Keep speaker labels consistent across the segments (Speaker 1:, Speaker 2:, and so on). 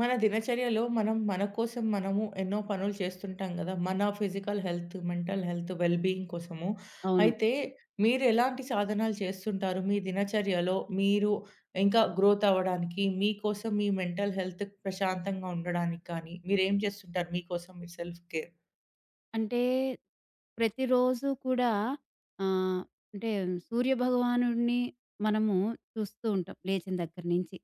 Speaker 1: మన దినచర్యలో మనం మన కోసం మనము ఎన్నో పనులు చేస్తుంటాం కదా! మన physical health, mental health, well being కోసము.
Speaker 2: అవును.
Speaker 1: అయితే మీరు ఎలాంటి సాధనాలు చేస్తుంటారు? మీ దినచర్యలో మీరు ఇంకా గ్రోత్ అవ్వడానికి, మీకోసం మీ మెంటల్ హెల్త్ ప్రశాంతంగా ఉండడానికి కానీ, మీరేం చేస్తుంటారు మీకోసం మీ సెల్ఫ్ కేర్?
Speaker 2: అంటే ప్రతిరోజు కూడా ఆహ్, అంటే సూర్యభగవానుడిని మనము చూస్తూ ఉంటాం లేచిన దగ్గర నుంచి.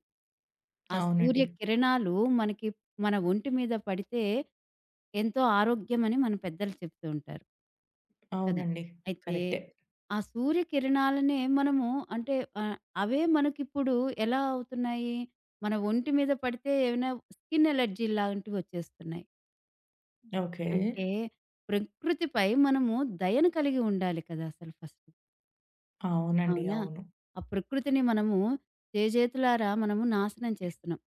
Speaker 2: ఆ సూర్య
Speaker 1: అవునండి.
Speaker 2: కిరణాలు మనకి మన ఒంటి మీద పడితే ఎంతో ఆరోగ్యమని మన పెద్దలు చెప్తూ ఉంటారు. కదా!
Speaker 1: అవునండి.
Speaker 2: అయితే
Speaker 1: కరెక్టే.
Speaker 2: ఆ సూర్య కిరణాలనే మనము అంటే ఆహ్, అవే మనకిప్పుడు ఎలా అవుతున్నాయి? మన ఒంటి మీద పడితే ఏమైనా స్కిన్ అలర్జీ లాంటివి వచ్చేస్తున్నాయి.
Speaker 1: ఓకే.
Speaker 2: అంటే ప్రకృతిపై మనము దయను కలిగి ఉండాలి కదా! అసలు ఫస్ట్.
Speaker 1: అవునండి.
Speaker 2: అవునా?
Speaker 1: అవును.
Speaker 2: ఆ ప్రకృతిని మనము చేజేతులారా మనము నాశనం చేస్తున్నాం.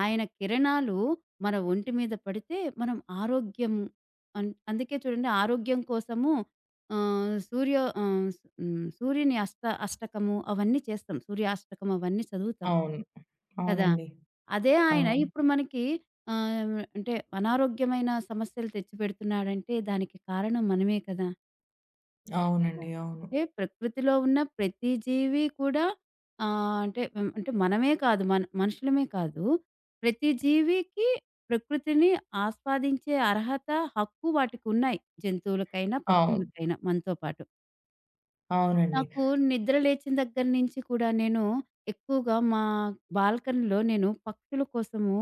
Speaker 2: ఆయన కిరణాలు మన ఒంటి మీద పడితే మనం ఆరోగ్యం అందుకే చూడండి ఆరోగ్యం కోసము ఆహ్, సూర్యో ఆహ్, హ్మ్. సూర్యుని అష్టకము అవన్నీ చేస్తాం. సూర్యాష్టకం అవన్నీ చదువుతాం.
Speaker 1: అవును.
Speaker 2: కదా!
Speaker 1: అవునండి.
Speaker 2: అదే ఆయన
Speaker 1: అవును.
Speaker 2: ఇప్పుడు మనకి అంటే అనారోగ్యమైన సమస్యలు తెచ్చిపెడుతున్నాడంటే దానికి కారణం మనమే కదా! కదా!
Speaker 1: అవునండి. అవును.
Speaker 2: అంటే ప్రకృతిలో ఉన్న ప్రతి జీవి కూడా అంటే మనమే కాదు, మన మనుషులమే కాదు. ప్రతి జీవికి ప్రకృతిని ఆస్వాదించే అర్హత, హక్కు వాటికున్నాయి. జంతువులకైనా,
Speaker 1: అవును.
Speaker 2: పక్షులకైనా మనతో పాటు.
Speaker 1: అవునండి.
Speaker 2: నాకు నిద్ర లేచిన దగ్గర నుంచి కూడా నేను ఎక్కువగా మా బాల్కనీలో నేను పక్షుల కోసము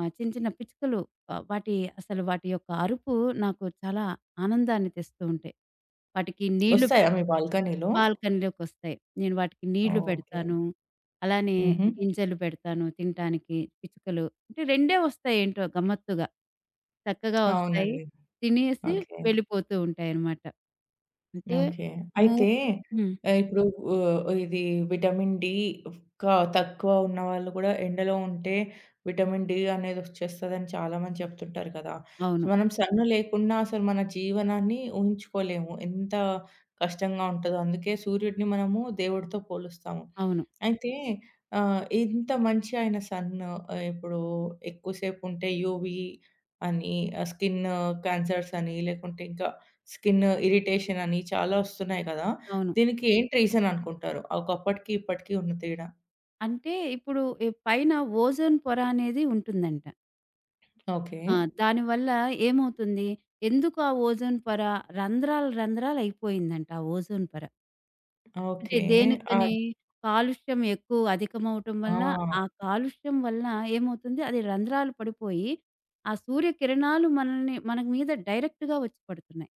Speaker 2: చిన్న చిన్న పిచ్చుకలు, ఆహ్, వాటి అసలు వాటి యొక్క అరుపు నాకు చాలా ఆనందాన్ని తెస్తూ ఉంటాయి. వాటికి నీళ్లు
Speaker 1: వస్తాయా మీ బాల్కనీలో?
Speaker 2: బాల్కనీలోకొస్తాయి. నేను వాటికి నీళ్లు
Speaker 1: ఓకే.
Speaker 2: పెడతాను. అలానే
Speaker 1: హుహు.
Speaker 2: గింజలు పెడతాను తినటానికి పిచ్చుకలు. అంటే రెండే వస్తాయేంటో గమ్మత్తుగా. చక్కగా వస్తాయి.
Speaker 1: అవునండి.
Speaker 2: తినేసి
Speaker 1: ఓకే.
Speaker 2: వెళ్ళిపోతూ ఉంటాయన్నమాట. అంటే
Speaker 1: ఓకే.
Speaker 2: ము
Speaker 1: అయితే
Speaker 2: హ్మ్.
Speaker 1: ఇప్పుడు ఇది విటమిన్ డి క తక్కువ ఉన్నవాళ్ళు గూడా ఎండలో ఉంటే విటమిన్ డి అనేది వచ్చేస్తదని చాలామంది చెప్తుంటారు కదా! సో,
Speaker 2: అవును.
Speaker 1: మనం సన్ లేకుండా అసలు మన జీవనాన్ని ఊహించుకోలేము. ఎంత కష్టంగా ఉంటదో. అందుకే సూర్యుడిని మనము దేవుడితో పోలుస్తాము.
Speaker 2: అవును.
Speaker 1: అయితే ఇంత మంచి ఆయన సన్ ఇప్పుడు ఎక్కువసేపు ఉంటే యూవీ అని స్కిన్ క్యాన్సర్స్ అని లేకుంటే ఇంకా స్కిన్ ఇరిటేషన్ అని చాలా వస్తున్నాయి కదా!
Speaker 2: అవును.
Speaker 1: దీనికి ఏంటి రీజన్ అనుకుంటారు? ఒకప్పటికి, ఇప్పటికి ఉన్న తేడా?
Speaker 2: అంటే ఇప్పుడు ఈ పైన ఓజోన్ పొర అనేది ఉంటుందంట.
Speaker 1: ఓకే.
Speaker 2: ఆ! దానివల్ల ఏమవుతుంది? ఎందుకు ఆ ఓజోన్ పొర రంధ్రాలు రంధ్రాలు అయిపోయిందంట ఆ ఓజోన్ పొర. అంటే
Speaker 1: ఓకే. అద్
Speaker 2: దేనికని? కాలుష్యం ఎక్కువ అధికమవటం
Speaker 1: ఆ!
Speaker 2: వల్ల, ఆ కాలుష్యం వల్ల ఏమవుతుంది? అది రంధ్రాలు పడిపోయి, ఆ సూర్యకిరణాలు మన మీద డైరెక్ట్‌గా వచ్చి పడుతున్నాయి.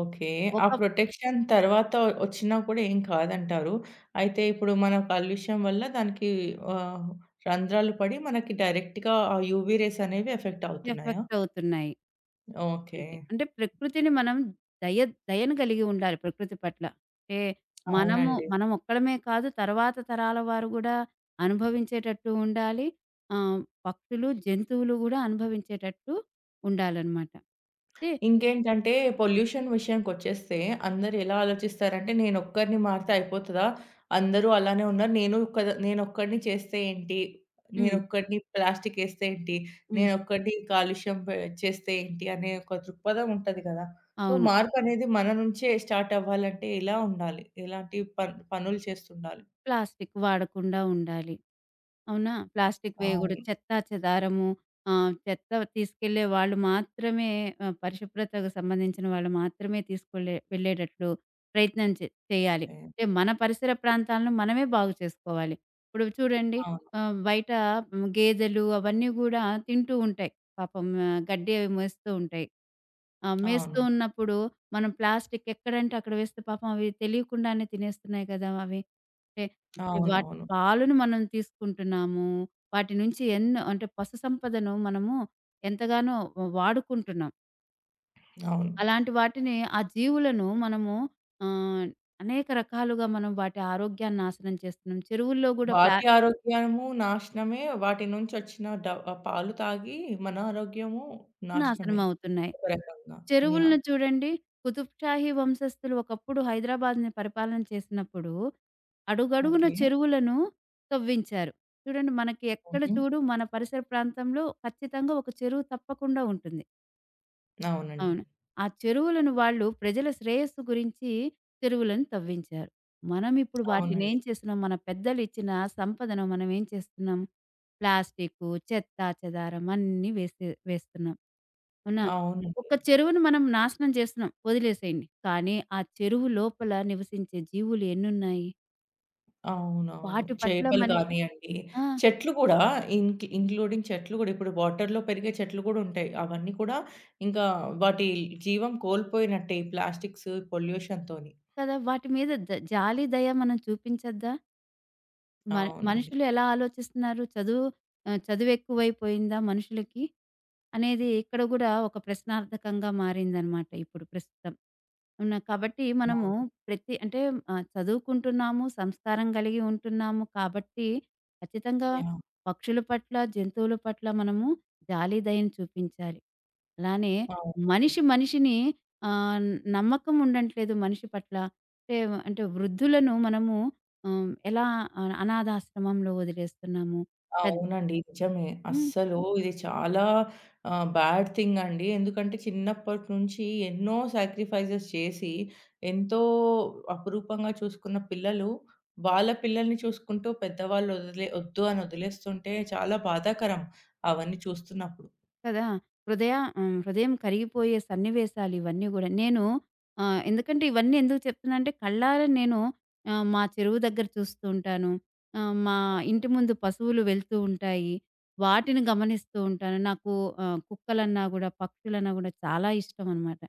Speaker 1: ఓకే. ఆ
Speaker 2: ఒక
Speaker 1: ప్రొటెక్షన్ తర్వాత వచ్చినా కూడా ఏం కాదంటారు. అయితే ఇప్పుడు మన కాలుష్యం వల్ల దానికి ఆహ్, రంధ్రాలు పడి మనకి డైరెక్ట్‌గా ఆ యూవీ రేస్ అనేవి ఎఫెక్ట్ అవుతున్నాయా?
Speaker 2: ఎఫెక్ట్ అవుతున్నాయి.
Speaker 1: ఓకే.
Speaker 2: అంటే ప్రకృతిని మనం దయ దయను కలిగి ఉండాలి ప్రకృతి పట్ల. అంటే
Speaker 1: అవునండి.
Speaker 2: మనం ఒక్కళమే కాదు, తర్వాత తరాల వారు గూడా అనుభవించేటట్టు ఉండాలి. ఆహ్, పక్షులు, జంతువులు గూడా అనుభవించేటట్టు ఉండాలనమాట. అంటే
Speaker 1: ఇంకేంటంటే పొల్యూషన్ విషయానికొచ్చేస్తే అందరూ ఎలా ఆలోచిస్తారంటే నేనొక్కరిని మారితే అయిపోతదా? అందరూ అలానే ఉన్నారు. నేను కదా నేనొక్కడిని చేస్తే ఏంటి?
Speaker 2: హ్మ్.
Speaker 1: నేనొక్కడిని ప్లాస్టికేస్తే ఏంటి?
Speaker 2: హ్మ్.
Speaker 1: నేనొక్కడిని కాలుష్యం చేస్తే ఏంటి? అనే ఒక దృక్పథం ఉంటది కదా! సో,
Speaker 2: అవును.
Speaker 1: మార్పనేది మన నుంచే స్టార్ట్ అవ్వాలంటే ఎలా ఉండాలి? ఎలాంటి పనులు చేస్తుండాలి?
Speaker 2: ప్లాస్టిక్ వాడకుండా ఉండాలి. అవునా? ప్లాస్టిక్
Speaker 1: ఆ!
Speaker 2: వేయగూడదు. చెత్తా చెదారము చెత్త తీసుకెళ్ళే వాళ్ళు మాత్రమే, పరిశుభ్రతకు సంబంధించిన వాళ్ళు మాత్రమే తీసుకెళ్ళే వెళ్ళేటట్లు ప్రయత్నం చేయాలి.
Speaker 1: ఓకే.
Speaker 2: అంటే మన పరిసర ప్రాంతాలను మనమే బాగు చేసుకోవాలి. ఇప్పుడు చూడండి,
Speaker 1: అవును.
Speaker 2: బయట గేదెలు అవన్నీ గూడా తింటూ ఉంటాయి. పాపం గడ్డి అవి మేస్తూ ఉంటాయి. ఆ! మేస్తూ
Speaker 1: అవునండి.
Speaker 2: ఉన్నప్పుడు మనం ప్లాస్టిక్ ఎక్కడంటే అక్కడ వేస్తే పాపం అవి తెలియకుండానే తినేస్తున్నాయి గదా! అవి. అంటే అంటే వాటి
Speaker 1: అవునవును.
Speaker 2: పాలను మనం తీసుకుంటున్నాము. వాటి నుంచి ఎన్నో, అంటే పశు సంపదను మనము ఎంతగానో వాడుకుంటున్నాం.
Speaker 1: అవును.
Speaker 2: అలాంటి వాటిని ఆ జీవులను మనము ఆహ్, అనేక రకాలుగా మనం వాటి ఆరోగ్యాన్ని నాశనం చేస్తున్నాం. చెరువుల్లో గూడా
Speaker 1: వాటి ఆరోగ్యము నాశనమే. వాటి నుంచొచ్చిన పాలు తాగి మన ఆరోగ్యము
Speaker 2: నాశనం
Speaker 1: నాశనమే
Speaker 2: అవుతున్నాయి.
Speaker 1: ఒక రకంగా. యాహ్!
Speaker 2: చెరువులను చూడండి. కుతుబ్‌షాహీ వంశస్థులు ఒకప్పుడు హైదరాబాద్‌ని పరిపాలన చేసినప్పుడు అడుగడుగున
Speaker 1: ఓకే.
Speaker 2: చెరువులను తవ్వించారు. చూడండి మనకి ఎక్కడ
Speaker 1: హుహు.
Speaker 2: చూడు మన పరిసర ప్రాంతంలో ఖచ్చితంగా ఒక చెరువు తప్పకుండా ఉంటుంది.
Speaker 1: అవునండి.
Speaker 2: అవును. ఆ చెరువులను వాళ్ళు ప్రజల శ్రేయస్సు గురించి చెరువులను తవ్వించారు. మనం ఇప్పుడు వాటిని ఏం
Speaker 1: అవునండి.
Speaker 2: చేస్తున్నాం? మన పెద్దలు ఇచ్చిన సంపదను మనం ఏం చేస్తున్నాం? ప్లాస్టికు, చెత్తాచెదారం అన్నీ వేసే వేస్తున్నాం. అవునా?
Speaker 1: అవునండి.
Speaker 2: ఒక చెరువును మనం నాశనం చేస్తున్నాం వదిలేసేయండి. కానీ ఆ చెరువు లోపల నివసించే జీవులు ఎన్నున్నాయి?
Speaker 1: అవునవును.
Speaker 2: వాటి పట్ల
Speaker 1: చేపలు
Speaker 2: మనకి,
Speaker 1: కానియండి,
Speaker 2: ఆ!
Speaker 1: చెట్లు కూడా ఇంక్లూడింగ్ చెట్లు కూడా ఇప్పుడు వాటర్‌లో పెరిగే చెట్లు కూడా ఉంటాయి. అవన్నీ కూడా ఇంకా వాటి జీవం కోల్పోయినట్టే ఈ ప్లాస్టిక్స్, పొల్యూషన్‌తోని.
Speaker 2: కదా! వాటి మీద జాలి, దయ మనం చూపించద్దా? మన
Speaker 1: అవునండి.
Speaker 2: మనుషులు ఎలా ఆలోచిస్తున్నారు? చదువెక్కువైపోయిందా మనుషులకి? అనేది ఇక్కడ గూడా ఒక ప్రశ్నార్థకంగా మారిందనమాట ఇప్పుడు ప్రస్తుతం. ఉన్న కాబట్టి మనము
Speaker 1: అవును.
Speaker 2: ప్రతి, అంటే చదువుకుంటున్నాము, సంస్కారం కలిగి ఉంటున్నాము కాబట్టి ఖచ్చితంగా
Speaker 1: యాహ్!
Speaker 2: పక్షుల పట్ల, జంతువుల పట్ల మనము జాలి, దయను చూపించాలి. అలానే
Speaker 1: అవునండి.
Speaker 2: మనిషి మనిషిని, ఆహ్, నమ్మకం ఉండట్లేదు మనిషి పట్ల. అంటే అంటే వృద్ధులను మనము, ఎలా అనాథాశ్రమంలో వదిలేస్తున్నాము. పెద్
Speaker 1: అవునండి. నిజమే.
Speaker 2: హ్మ్.
Speaker 1: అస్సలు ఇది చాలా బ్యాడ్ థింగ్ అండి. ఎందుకంటే చిన్నప్పటి నుంచి ఎన్నో సాక్రిఫైసెస్ చేసి, ఎంతో అపురూపంగా చూసుకున్న పిల్లలు, వాళ్ళ పిల్లల్ని చూసుకుంటూ పెద్దవాళ్ళు వద్దు అని వదిలేస్తుంటే చాలా బాధాకరం అవన్నీ చూస్తున్నప్పుడు.
Speaker 2: కదా! హృదయ హ్మ్. హృదయం కరిగిపోయే సన్నివేశాలు ఇవన్నీ గూడా. నేను ఎందుకంటే ఇవన్నీ ఎందుకు చెప్తున్నానంటే కళ్ళారా నేను మా చెరువు దగ్గర చూస్తూ ఉంటాను. మా ఇంటి ముందు పశువులు వెళ్తూ ఉంటాయి. వాటిని గమనిస్తూ ఉంటాను. నాకు కుక్కలన్నా గూడా, పక్షులన్నా గూడా చాలా ఇష్టం అనమాట.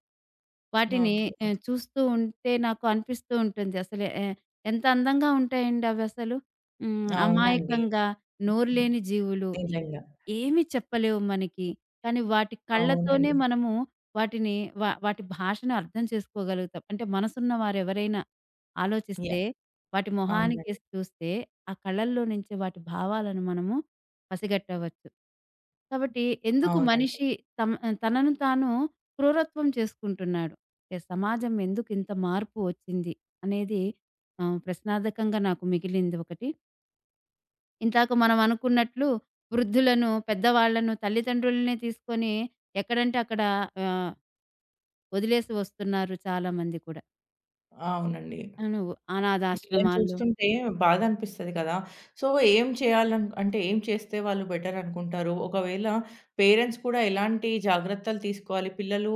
Speaker 2: వాటిని
Speaker 1: ఓకే. ఓకే.
Speaker 2: చూస్తూ ఉంటే నాకు అనిపిస్తూ ఉంటుంది. అసలు ఎంత అందంగా ఉంటాయండి అవసలు. హ్మ్.
Speaker 1: అవునండి.
Speaker 2: అమాయకంగా, నోరులేని జీవులు
Speaker 1: నిజంగా.
Speaker 2: ఏమి చెప్పలేవు మనకి. కానీ వాటి కళ్ళతోనే
Speaker 1: అవునండి.
Speaker 2: మనము వాటి భాషను అర్థం చేసుకోగలుగుతాం. అంటే మనసున్న వారెవరైనా ఆలోచిస్తే,
Speaker 1: యాహ్!
Speaker 2: వాటి
Speaker 1: అవునండి.
Speaker 2: మొహానికేసి చూస్తే, ఆ కళ్ళల్లో నుంచి వాటి భావాలను మనము పసిగట్టవచ్చు. కాబట్టి ఎందుకు
Speaker 1: అవునండి.
Speaker 2: మనిషి తమ తనను తాను క్రూరత్వం చేసుకుంటున్నాడు? ఏ సమాజం ఎందుకు ఇంత మార్పు వచ్చింది అనేది ప్రశ్నార్థకంగా నాకు మిగిలింది ఒకటి. ఇందాక మనం అనుకున్నట్లు వృద్ధులను, పెద్దవాళ్ళను, తల్లిదండ్రులనే తీసుకొని ఎక్కడంటే అక్కడ ఆహ్, వదిలేసి వస్తున్నారు చాలామంది కూడా.
Speaker 1: అవునండి.
Speaker 2: అవును.
Speaker 1: వీళ్ళని
Speaker 2: అనాథాశ్రమాలు.
Speaker 1: చూస్తుంటే బాధ అనిపిస్తది కదా! సో, ఏం చేయాలన్ అంటే ఏం చేస్తే వాళ్ళు బెటర్ అనుకుంటారు? ఒకవేళ పేరెంట్స్ కూడా ఎలాంటి జాగ్రత్తలు తీసుకోవాలి? పిల్లలు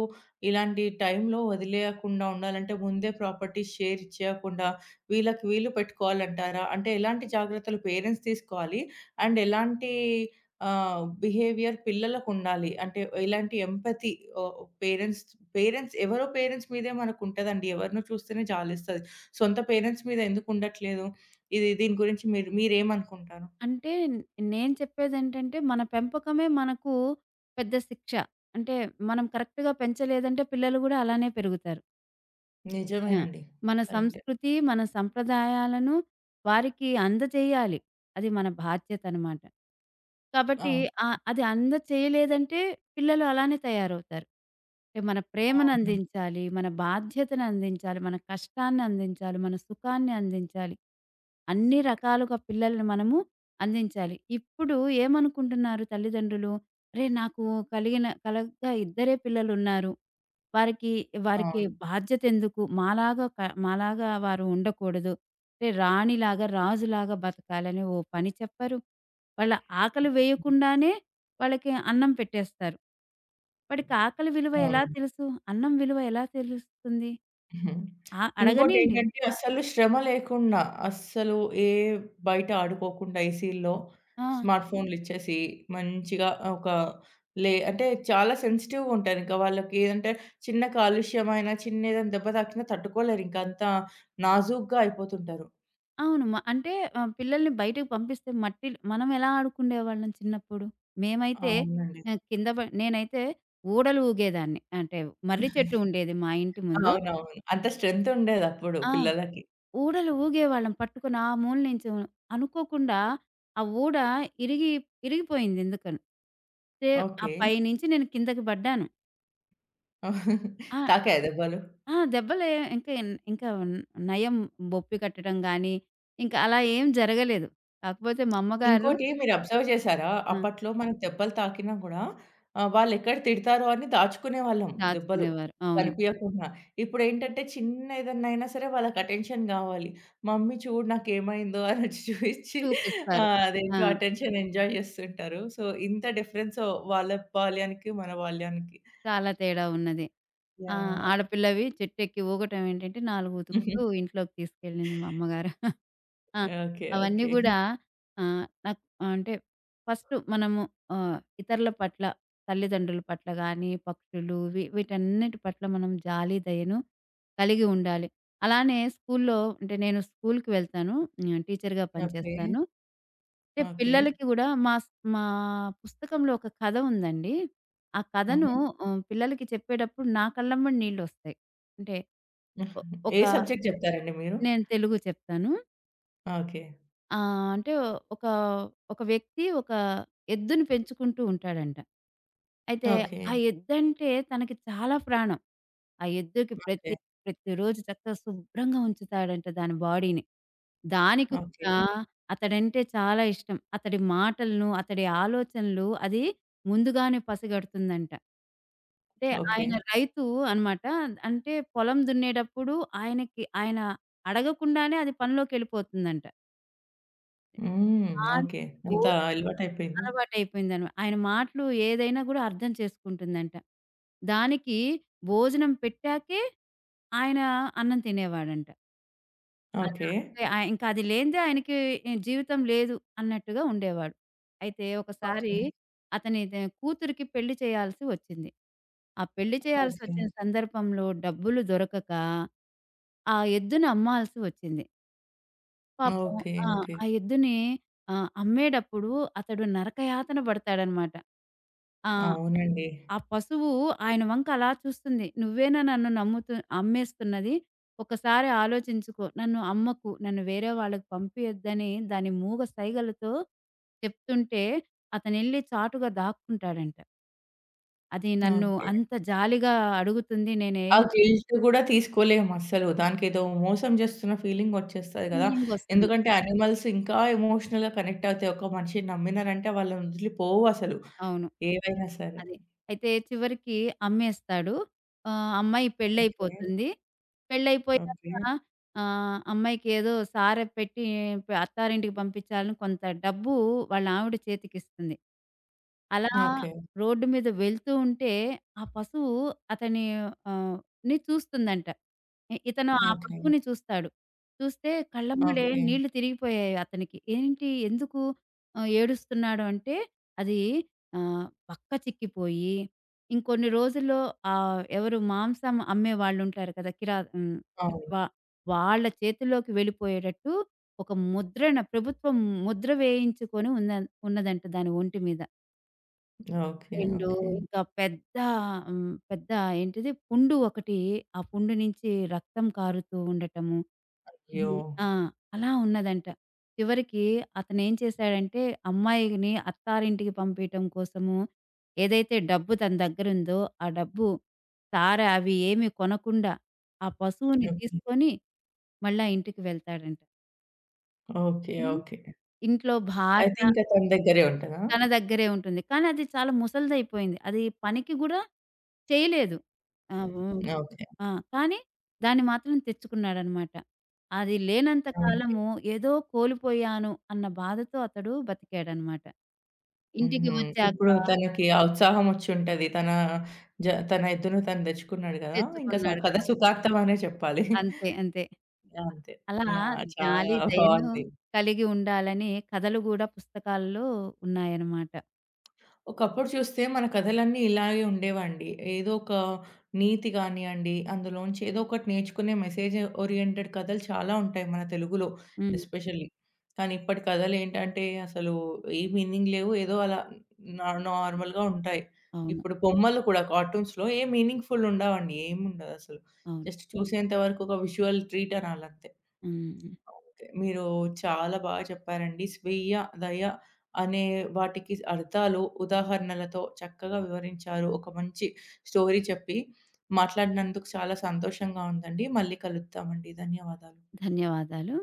Speaker 1: ఇలాంటి టైంలో వదిలేయకుండా ఉండాలంటే ముందే ప్రాపర్టీస్ షేర్ ఇచ్చేయకుండా వీళ్ళకి వీళ్ళు పెట్టుకోవాలంటారా? అంటే ఎలాంటి జాగ్రత్తలు పేరెంట్స్ తీసుకోవాలి? అండ్ ఎలాంటి బిహేవియర్ పిల్లలకుండాలి? అంటే ఎలాంటి ఎంపతి పేరెంట్స్ పేరెంట్స్ ఎవరో పేరెంట్స్ మీదే మనకుంటదండి. ఎవరినో చూస్తేనే జాలేస్తది. సొంత పేరెంట్స్ మీద ఎందుకుండట్లేదు? దీని గురించి మీరు మీరేమనుకుంటారు?
Speaker 2: అంటే నేను చెప్పేదేంటంటే, మన పెంపకమే మనకు పెద్ద శిక్ష. అంటే మనం కరెక్ట్‌గా పెంచలేదంటే పిల్లలు గూడా అలానే పెరుగుతారు. ఆ!
Speaker 1: నిజమేనండి.
Speaker 2: మన
Speaker 1: కరెక్టే.
Speaker 2: సంస్కృతి, మన సంప్రదాయాలను వారికి అందజేయాలి. అది మన బాధ్యతనమాట. కాబట్టి
Speaker 1: అవును.
Speaker 2: అది అందచేయలేదంటే పిల్లలు అలానే తయారవుతారు. అంటే మన
Speaker 1: అవునండి.
Speaker 2: ప్రేమనందించాలి, మన బాధ్యతనందించాలి, మన కష్టాన్నందించాలి, మన సుఖాన్ని అందించాలి. అన్ని రకాలుగా పిల్లల్ని మనము అందించాలి. ఇప్పుడు ఏమనుకుంటున్నారు తల్లిదండ్రులు? "అరే! నాకు కలిగిన కలగ్గా ఇద్దరే పిల్లలున్నారు. వారికి, వారికి
Speaker 1: అవును.
Speaker 2: బాధ్యతెందుకు? మాలాగా మాలాగా వారు ఉండకూడదు. అంటే రాణిలాగా, రాజులాగా బతకాలని ఓ పని చెప్పరు. వాళ్ళ ఆకలి వేయకుండానే వాళ్ళకి అన్నం పెట్టేస్తారు. వాడికి ఆకలి విలువ ఎలా
Speaker 1: అవునండి.
Speaker 2: తెలుసు? అన్నం విలువ ఎలా తెలుస్తుంది?
Speaker 1: హుహు.
Speaker 2: ఆ! అడగనీయండి.
Speaker 1: ఇంకోటేంటంటే అస్సలు శ్రమ లేకుండా, అస్సలు ఏ బయట ఆడుకోకుండా ఏసీల్లో
Speaker 2: ఆ!
Speaker 1: స్మార్ట్ ఫోన్‌లిచ్చేసి మంచిగా ఒక అంటే చాలా సెన్సిటివ్‌గా ఉంటారింక. వాళ్ళకి ఏదంటే చిన్న కాలుష్యమైన, చిన్న ఏదైనా దెబ్బ తాకినా తట్టుకోలేరింక. అంత నాజూగ్గా అయిపోతుంటారు.
Speaker 2: అవును. పిల్లల్ని బయటకు పంపిస్తే మట్టిలో మనం ఎలా ఆడుకుండేవాళ్ళం చిన్నప్పుడు? మేమైతే
Speaker 1: అవునండి.
Speaker 2: ఆహ్, కింద ప నేనైతే ఊడలు ఊగేదాన్ని. అంటే మర్రి చెట్టు ఉండేది మా ఇంటి ముందు.
Speaker 1: అవునవును. అంత స్ట్రెంత్ ఉండేదప్పుడు
Speaker 2: ఆ!
Speaker 1: పిల్లలకి.
Speaker 2: ఊడలు ఊగేవాళ్ళం పట్టుకొని ఆ మూల నుంచి అనుకోకుండా ఆ ఊడ ఇరిగి ఇరిగిపోయింది ఎందుకని. తే ఆ
Speaker 1: ఓకే.
Speaker 2: పైనుంచి నేను కిందకి పడ్డాను. ఆ!
Speaker 1: తాకాయా దెబ్బలు?
Speaker 2: ఆ! దెబ్బలే ఇంకా ఎన్- ఇంకా ఉన్- నయం, బొప్పి కట్టడం గానీ, ఇంకా అలా ఏం జరగలేదు. కాకపోతే మా అమ్మగారు
Speaker 1: ఇంకోటి మీరు అబ్జర్వ్ చేశారా?
Speaker 2: ఆ!
Speaker 1: అప్పట్లో మనకు దెబ్బలు తాకినా గూడా వాళ్ళెక్కడ తిడతారో అని దాచుకునేవాళ్ళం దెబ్బలు
Speaker 2: దాచుకునేవారు. అవును.
Speaker 1: కనిపియకుండా. ఇప్పుడేంటంటే చిన్న ఏదన్నా అయినా సరే వాళ్ళకి అటెన్షన్ గావాలి. మమ్మీ చూడు నాకేమైందో అనొచ్చి చూయిచ్చి
Speaker 2: చూపిస్తారు. ఆ!
Speaker 1: అదేంటో అటెన్షన్ ఎంజాయ్ జేస్తుంటారు. సో, ఇంత డిఫరెన్స్ వాళ్ళ బాల్యానికి, మన బాల్యానికి.
Speaker 2: చాలా తేడా ఉన్నది. ఆ! ఆడపిల్లవి చెట్టెక్కి ఊగటం ఏంటంటే 4
Speaker 1: యాహ్!
Speaker 2: ఉతుకుతూ ఇంట్లోకి తీసుకెళ్ళింది మా అమ్మగారు. ఆ!
Speaker 1: ఓకే.
Speaker 2: అవన్నీ
Speaker 1: ఓకే.
Speaker 2: గూడా నాకు అంటే ఫస్ట్ మనము ఇతరుల పట్ల, తల్లిదండ్రుల పట్ల గానీ, పక్షులు వీ వీటన్నిటి పట్ల మనం జాలి, దయను కలిగి ఉండాలి. అలానే స్కూల్లో, అంటే నేను స్కూలుకి వెళ్తాను. హ్మ్. టీచర్‌గా
Speaker 1: ఓకే.
Speaker 2: పనిచేస్తాను. అంటే
Speaker 1: ఓకే.
Speaker 2: పిల్లలకి గూడా మా పుస్తకంలో ఒక కథ ఉందండి. ఆ కథను
Speaker 1: హుహు.
Speaker 2: పిల్లలకి చెప్పేటప్పుడు నా కళ్ళమ్మట నీళ్ళొస్తాయి. అంటే ఒ ఒక
Speaker 1: ఏ సబ్జెక్ట్ చెప్తారండి మీరు?
Speaker 2: నేను తెలుగు చెప్తాను.
Speaker 1: ఓకే.
Speaker 2: ఆ! అంటే ఒక, ఒక వ్యక్తి ఒక ఎద్దుని పెంచుకుంటూ ఉంటాడంట. అయితే
Speaker 1: ఓకే.
Speaker 2: ఆ ఎద్దంటే తనకి చాలా ప్రాణం. ఆ ఎద్దుకి
Speaker 1: ఓకే.
Speaker 2: ప్రతిరోజు చక్కగా శుభ్రంగా ఉంచుతాడంట దాని బాడీని. దానికి
Speaker 1: ఓకే.
Speaker 2: కూడా అతడంటే చాలా ఇష్టం. అతడి మాటలను, అతడి ఆలోచనలు అది ముందుగానే పసిగడుతుందంట. అంటే
Speaker 1: ఓకే.
Speaker 2: ఆయన రైతు అనమాట. అంటే పొలం దున్నేటప్పుడు ఆయనకి, ఆయన అడగకుండానే అది పనిలోకెళ్ళిపోతుందంట.
Speaker 1: హ్మ్.
Speaker 2: దానికి
Speaker 1: ఓకే. అంతా
Speaker 2: భోజనం
Speaker 1: అలవాటయిపోయింది.
Speaker 2: అలవాటయిపోయిందనమా, ఆయన మాటలు ఏదైనా గూడా అర్థం చేసుకుంటుందంట. దానికి భోజనం పెట్టాకే ఆయన అన్నం తినేవాడంట. అలా
Speaker 1: ఓకే.
Speaker 2: అంటే ఇంకా అది లేనిదే ఆయనకి ఈ జీవితం లేదు అన్నట్టుగా ఉండేవాడు. అయితే ఒకసారి
Speaker 1: ఓకే.
Speaker 2: అతని ద కూతురికి పెళ్లి చేయాల్సి వచ్చింది. ఆ పెళ్లి
Speaker 1: ఓకే.
Speaker 2: చేయాల్సొచ్చిన సందర్భంలో డబ్బులు దొరకక, ఆ ఎద్దును అమ్మాల్సి వచ్చింది. పాపం.
Speaker 1: ఓకే.
Speaker 2: ఆ!
Speaker 1: ఓకే.
Speaker 2: ఆ ఎద్దుని అమ్మేటప్పుడు అతడు నరకయాతన పడతాడనమాట. ఆ!
Speaker 1: అవునండి.
Speaker 2: ఆ పశువు ఆయన వంక అలా చూస్తుంది. "నువ్వేనా నన్ను నమ్ముతు అమ్మేస్తున్నది? ఒకసారి ఆలోచించుకో. నన్ను అమ్మకు. నన్ను వేరే వాళ్ళకి పంపియద్దని" దాని మూగ సైగలతో చెప్తుంటే అతనెళ్ళి చాటుగా దాక్కుంటాడంట. అది నన్ను
Speaker 1: ఓకే.
Speaker 2: అంత జాలిగా అడుగుతుంది.
Speaker 1: ఆ
Speaker 2: నేనేం
Speaker 1: గిల్ట్ గూడా తీసుకోలేము అస్సలు. దానికేదో మోసం చేస్తున్న ఫీలింగ్ వచ్చేస్తది గదా!
Speaker 2: ఫీలింగొస్తుంది.
Speaker 1: ఎందుకంటే యానిమల్స్ ఇంకా ఎమోషనల్‌గా కనెక్ట్ అవుతాయి. ఒక మనిషిని నమ్మినారంటే వాళ్ళని వదిలిపోవు అసలు.
Speaker 2: అవును.
Speaker 1: ఏవైనా సరే.
Speaker 2: అదే. అయితే చివరికి అమ్మేస్తాడు. అమ్మాయి
Speaker 1: ఓకే.
Speaker 2: పెళ్ళైపోతుంది. పెళ్ళైపోయాక
Speaker 1: ఓకే.
Speaker 2: అమ్మాయికి ఏదో సారె పెట్టి అత్తారింటికి పంపించాలని కొంత డబ్బు వాళ్ళ ఆవిడ చేతికిస్తుంది. అలా
Speaker 1: ఓకే.
Speaker 2: రోడ్డు మీద వెళ్తూ ఉంటే ఆ పశువు అతని ఆహ్, ని చూస్తుందంట. ఇతను ఆ
Speaker 1: ఓకే.
Speaker 2: పశువుని చూస్తాడు. చూస్తే కళ్ళమ్మడే
Speaker 1: ఓకే.
Speaker 2: నీళ్లు తిరిగిపోయాయి అతనికి. ఏంటి ఎందుకు ఏడుస్తున్నాడు అంటే అది ఆహ్, బక్క చిక్కిపోయి ఇంకొన్ని రోజుల్లో ఎవరు మాంసం అమ్మే వాళ్ళుంటారు కదా! కిరా హ్మ్.
Speaker 1: అవును.
Speaker 2: వా వాళ్ళ చేతుల్లోకి వెళ్ళిపోయేటట్టు ఒక ముద్రణ ప్రభుత్వం ముద్ర వేయించుకొని ఉన్నదంట దాని ఒంటి మీద.
Speaker 1: ఓకే.
Speaker 2: 2
Speaker 1: ఓకే.
Speaker 2: ఇంకా పెద్ద పెద్ద ఏంటిది పుండు ఒకటి, ఆ పుండు నుంచి రక్తం కారుతూ ఉండటము.
Speaker 1: అయ్యో!
Speaker 2: ఇది ఆ! అలా ఉన్నదంట. చివరికి అతనేం చేశాడంటే, అమ్మాయిని అత్తారింటికి పంపీయటం కోసము ఏదైతే డబ్బు తన దగ్గరుందో, ఆ డబ్బు అవి ఏమి కొనకుండా, ఆ పశువుని
Speaker 1: ఓకే.
Speaker 2: తీసుకొని మళ్ళా ఇంటికి వెళ్తాడంట.
Speaker 1: ఓకే.
Speaker 2: ఉమ్.
Speaker 1: ఓకే.
Speaker 2: ఇంట్లో
Speaker 1: అయితే
Speaker 2: భార్య
Speaker 1: ఇంకా తన దగ్గరే ఉంటదా?
Speaker 2: తన దగ్గరే ఉంటుంది. కానీ అది చాలా ముసలిదయిపోయింది. అది పనికి గూడా చేయలేదు. ఆ! ఓకే. హ్మ్.
Speaker 1: ఓకే.
Speaker 2: ఆ! కానీ దాన్ని మాత్రం తెచ్చుకున్నాడనమాట. అది లేనంత
Speaker 1: ఓకే.
Speaker 2: కాలము ఏదో కోల్పోయాను అన్న బాధతో అతడు బతికాడనమాట. ఇంటికి
Speaker 1: హుహు.
Speaker 2: వచ్చాక
Speaker 1: ఇప్పుడు తనకి ఆ ఉత్సాహం వచ్చుంటది. తన తన ఎద్దును తను తెచ్చుకున్నాడు గదా! ఇంకా
Speaker 2: తెచ్చుకున్నాడు
Speaker 1: కథ
Speaker 2: కాబట్టి.
Speaker 1: సుఖాంతం అనే చెప్పాలి.
Speaker 2: అంతే. అంతే.
Speaker 1: అంతే.
Speaker 2: అలా
Speaker 1: యాహ్!
Speaker 2: జాలి,
Speaker 1: చాలా
Speaker 2: దయను
Speaker 1: బావుంది.
Speaker 2: కలిగి ఉండాలని కథలు గూడా పుస్తకాల్లో ఉన్నాయన్నమాట.
Speaker 1: ఒకప్పుడు చూస్తే మన కథలన్నీ ఇలాగే ఉండేవండి. ఏదో ఒక నీతి గానియండి, అందులోంచి ఏదో ఒకటి నేర్చుకునే మెసేజ్ ఓరియెంటెడ్ కథలు చాలా ఉంటాయి మన తెలుగులో
Speaker 2: హ్మ్.
Speaker 1: ఎస్పెషల్లీ. కానీ ఇప్పటి కథలేంటంటే అసలు ఏ మీనింగ్ లేవు. ఏదో అలా నార్మల్‌గా ఉంటాయి.
Speaker 2: అవును.
Speaker 1: ఇప్పుడు బొమ్మలు కూడా కార్టూన్స్‌లో ఏ మీనింగ్‌ఫుల్ ఉండవండి. ఏముండదసలు.
Speaker 2: అవును.
Speaker 1: జస్ట్ చూసేంత వరకు ఒక విజువల్ ట్రీట్ అనాలంతే.
Speaker 2: హ్మ్.
Speaker 1: ఓకే. మీరు చాలా బాగా చెప్పారండి. స్వీయ దయ అనే వాటికి అర్థాలు ఉదాహరణలతో చక్కగా వివరించారు. ఒక మంచి స్టోరీ చెప్పి మాట్లాడినందుకు చాలా సంతోషంగా ఉందండి. మళ్ళీ కలుద్దామండి. ధన్యవాదాలు.
Speaker 2: ధన్యవాదాలు.